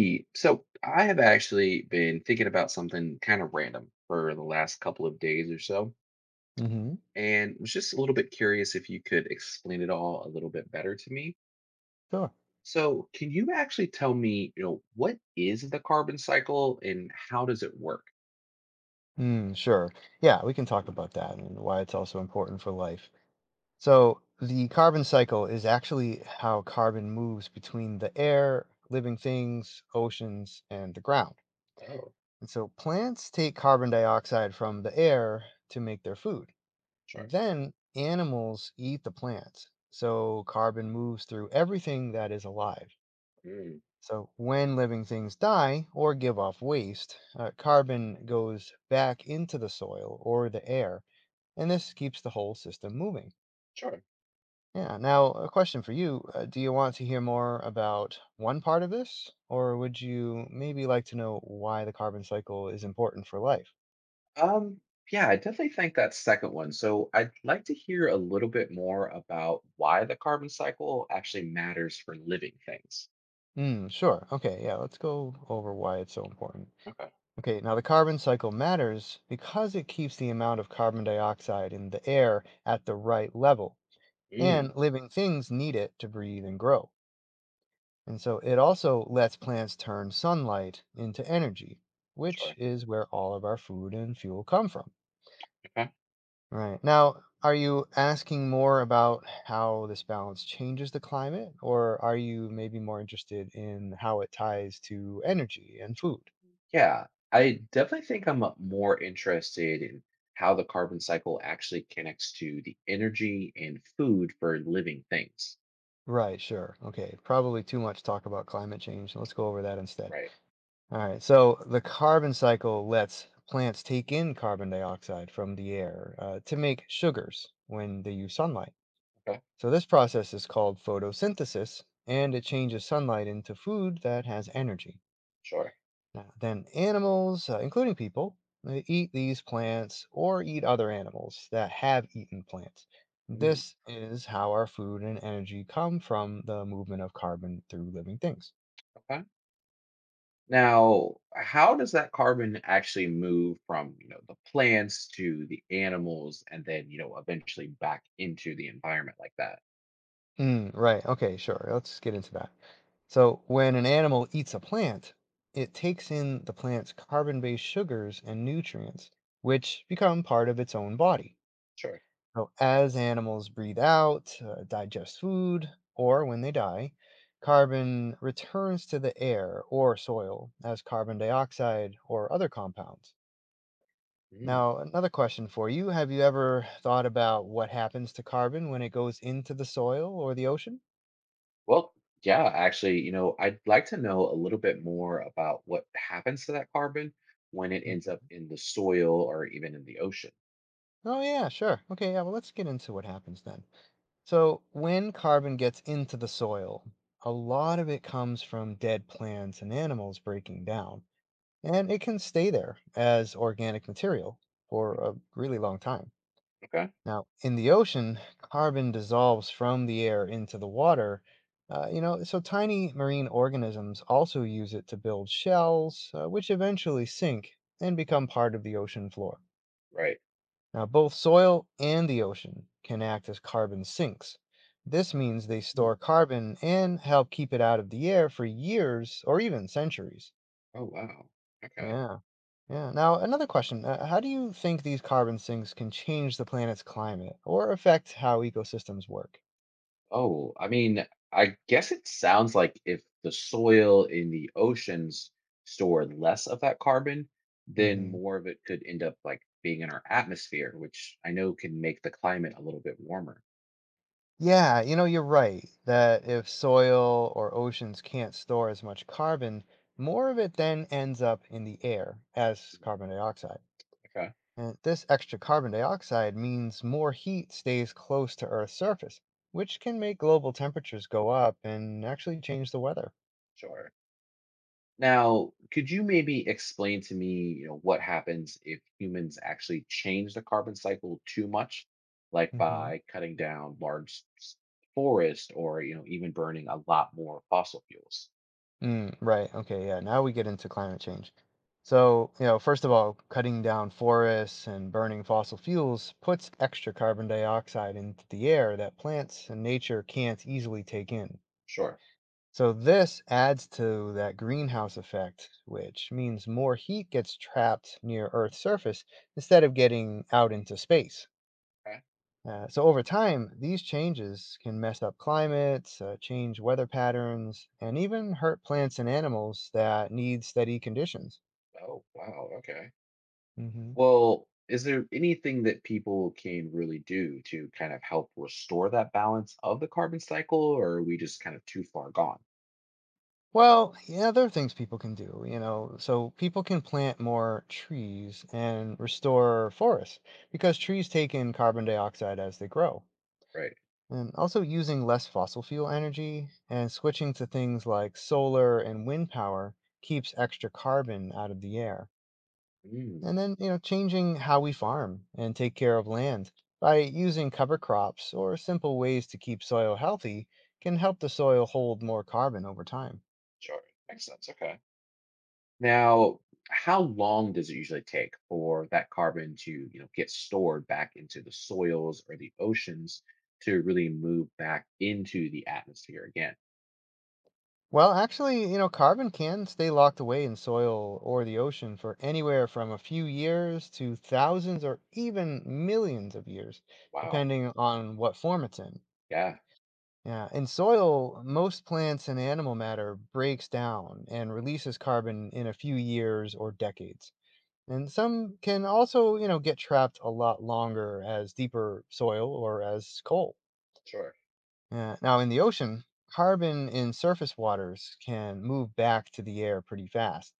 E, so I have actually been thinking about something kind of random for the last couple of days or so, Mm-hmm. and was just a little bit curious if you could explain it all a little bit better to me. Sure. So can you actually tell me, what is the carbon cycle and how does it work? Mm, sure. Yeah, we can talk about that and why it's also important for life. So, the carbon cycle is actually how carbon moves between the air, living things, oceans, and the ground. Oh, And so, plants take carbon dioxide from the air to make their food. And sure. then animals eat the plants. So, carbon moves through everything that is alive. Mm, So, when living things die or give off waste, carbon goes back into the soil or the air, and this keeps the whole system moving. sure. Yeah, now a question for you. Do you want to hear more about one part of this, or would you maybe like to know why the carbon cycle is important for life? Um, yeah, I definitely think that second one. So I'd like to hear a little bit more about why the carbon cycle actually matters for living things. Mm, sure. Okay, yeah, let's go over why it's so important. Okay. Okay, now the carbon cycle matters because it keeps the amount of carbon dioxide in the air at the right level, Mm, and living things need it to breathe and grow. And so it also lets plants turn sunlight into energy, which sure. is where all of our food and fuel come from. Okay. Right. Now, are you asking more about how this balance changes the climate, or are you maybe more interested in how it ties to energy and food? Yeah, I definitely think I'm more interested in how the carbon cycle actually connects to the energy and food for living things. Right, sure. Okay, probably too much talk about climate change. So let's go over that instead. Right. All right. So the carbon cycle lets plants take in carbon dioxide from the air to make sugars when they use sunlight. Okay. So this process is called photosynthesis, and it changes sunlight into food that has energy. Sure. Now, then animals, including people, they eat these plants or eat other animals that have eaten plants. Mm, This is how our food and energy come from the movement of carbon through living things. okay. Now, how does that carbon actually move from, the plants to the animals and then, eventually back into the environment like that? Mm, right. Okay, sure. Let's get into that. So, when an animal eats a plant, it takes in the plant's carbon based sugars and nutrients, which become part of its own body. Sure. So, as animals breathe out, digest food, or when they die, carbon returns to the air or soil as carbon dioxide or other compounds. Hmm. Now, another question for you. Have you ever thought about what happens to carbon when it goes into the soil or the ocean? Well, yeah, actually, I'd like to know a little bit more about what happens to that carbon when it ends up Mhm. in the soil or even in the ocean. Oh yeah, sure. Okay, yeah, well let's get into what happens then. So, when carbon gets into the soil, a lot of it comes from dead plants and animals breaking down, and it can stay there as organic material for Mm, a really long time. okay, Now, in the ocean, carbon dissolves from the air into the water. So tiny marine organisms also use it to build shells, which eventually sink and become part of the ocean floor. right. Now, both soil and the ocean can act as carbon sinks. This means they store Mm, carbon and help keep it out of the air for years or even centuries. oh, wow. Okay. Yeah, yeah. Now, another question. How do you think these carbon sinks can change the planet's climate or affect how ecosystems work? Oh, I mean, I guess it sounds like if the soil in the oceans stored less of that carbon, then Hmm. more of it could end up like being in our atmosphere, which I know can make the climate a little bit warmer. Yeah, you know, you're right that if soil or oceans can't store as much carbon, more of it then ends up in the air as carbon dioxide. Okay, And this extra carbon dioxide means more heat stays close to Earth's surface, which can make global temperatures go up and actually change the weather. sure. Now, could you maybe explain to me, what happens if humans actually change the carbon cycle too much, like Hmm. by cutting down forest or, even burning a lot more fossil fuels? Mm, right. Okay. Yeah. Now we get into climate change. So, you know, first of all, cutting down forests and burning fossil fuels puts extra carbon dioxide into the air that plants and nature can't easily take in. Sure. So this adds to that greenhouse effect, which means more heat gets trapped near Earth's surface instead of getting out into space. Okay. So over time, these changes can mess up climates, change weather patterns, and even hurt plants and animals that need steady conditions. Oh, wow. Okay. Hmm. Well, is there anything that people can really do to kind of help restore that balance of the carbon cycle, or are we just kind of too far gone? Well, yeah, there are things people can do, you know. So people can plant more trees and restore forests because trees take in carbon dioxide as they grow. Right. And also using less fossil fuel energy and switching to things like solar and wind power keeps extra carbon out of the air. Mm, And then, you know, changing how we farm and take care of land by using cover crops or simple ways to keep soil healthy can help the soil hold more carbon over time. sure. Makes sense. Okay. Now, how long does it usually take for that carbon to, get stored back into the soils or the oceans to really move back into the atmosphere again? Well, actually, you know, carbon can stay locked away in soil or the ocean for anywhere from a few years to thousands or even millions of years Wow. depending on what form it's in. Yeah, Yeah, in soil, most plants and animal matter breaks down and releases carbon in a few years or decades. And some can also, you know, get trapped a lot longer as deeper soil or as coal. sure. Now, in the ocean, carbon in surface waters can move back to the air pretty fast.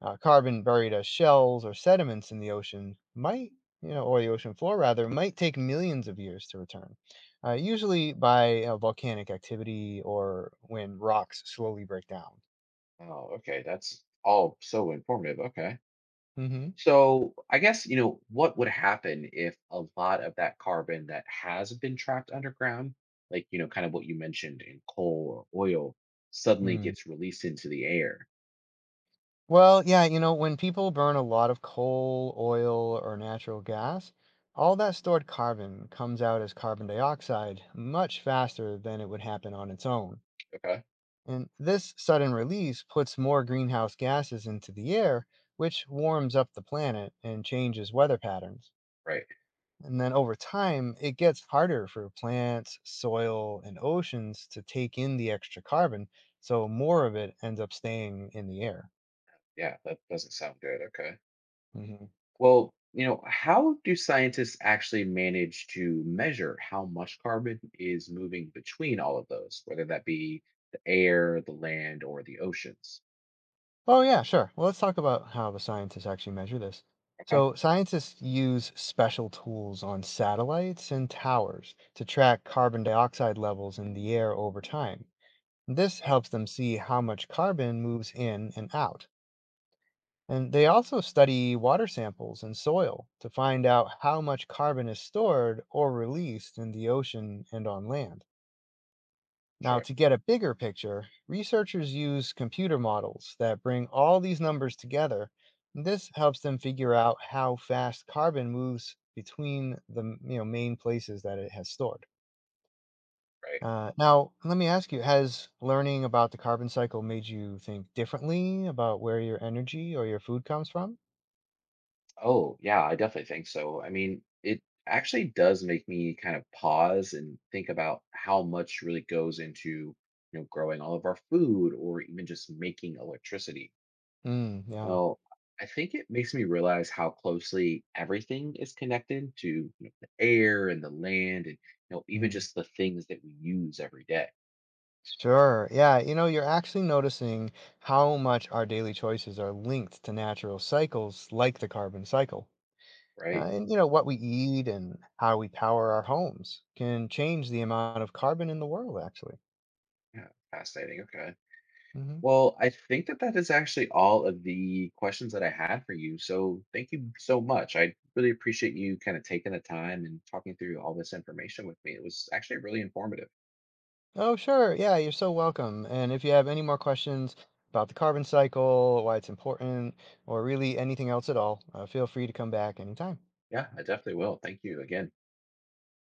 Carbon buried as shells or sediments in the ocean might, you know, or the ocean floor rather, might take millions of years to return, Mhm. usually by volcanic activity or when rocks slowly break down. Oh, okay. That's all so informative. Okay. Hmm. So, I guess, what would happen if a lot of that carbon that has been trapped underground, like, kind of what you mentioned in coal or oil, suddenly Hmm. gets released into the air? Well, yeah, you know, when people burn a lot of coal, oil, or natural gas, all that stored carbon comes out as carbon dioxide much faster than it would happen on its own. Okay. And this sudden release puts more greenhouse gases into the air, which warms up the planet and changes weather patterns. Right. And then over time, it gets harder for plants, soil, and oceans to take in the extra carbon, so more of it ends up staying in the air. Yeah, that doesn't sound good. Okay. Hmm. Well, how do scientists actually manage to measure how much carbon is moving between all of those, whether that be the air, the land, or the oceans? Oh, yeah, sure. Well, let's talk about how the scientists actually measure this. Okay. So, scientists use special tools on satellites and towers to track carbon dioxide levels in the air over time. This Wow. helps them see how much carbon moves in and out. And they also study water samples and soil to find out how much carbon is stored or released in the ocean and on land. Now, Sure. to get a bigger picture, researchers use computer models that bring all these numbers together. This helps them figure out how fast carbon moves between the you know, main places that it has stored. Right. Now, let me ask you, has learning about the carbon cycle made you think differently about where your energy or your food comes from? Oh, yeah, I definitely think so. I mean, it actually does make me kind of pause and think about how much really goes into, growing all of our food or even just making electricity. Mm, yeah. Well, I think it makes me realize how closely everything is connected to the air and the land and even Mm. just the things that we use every day, Sure. Yeah. You know, you're actually noticing how much our daily choices are linked to natural cycles like the carbon cycle. right? And you know what we eat and how we power our homes can change the amount of carbon in the world actually. Yeah, fascinating. Okay. Hmm. Well, I think that that is actually all of the questions that I had for you. So thank you so much. I really appreciate you kind of taking the time and talking through all this information with me. It was actually really informative. Oh sure, yeah, you're so welcome, and if you have any more questions about the carbon cycle, why it's important, or really anything else at all, feel free to come back anytime. Yeah, I definitely will. Thank you again.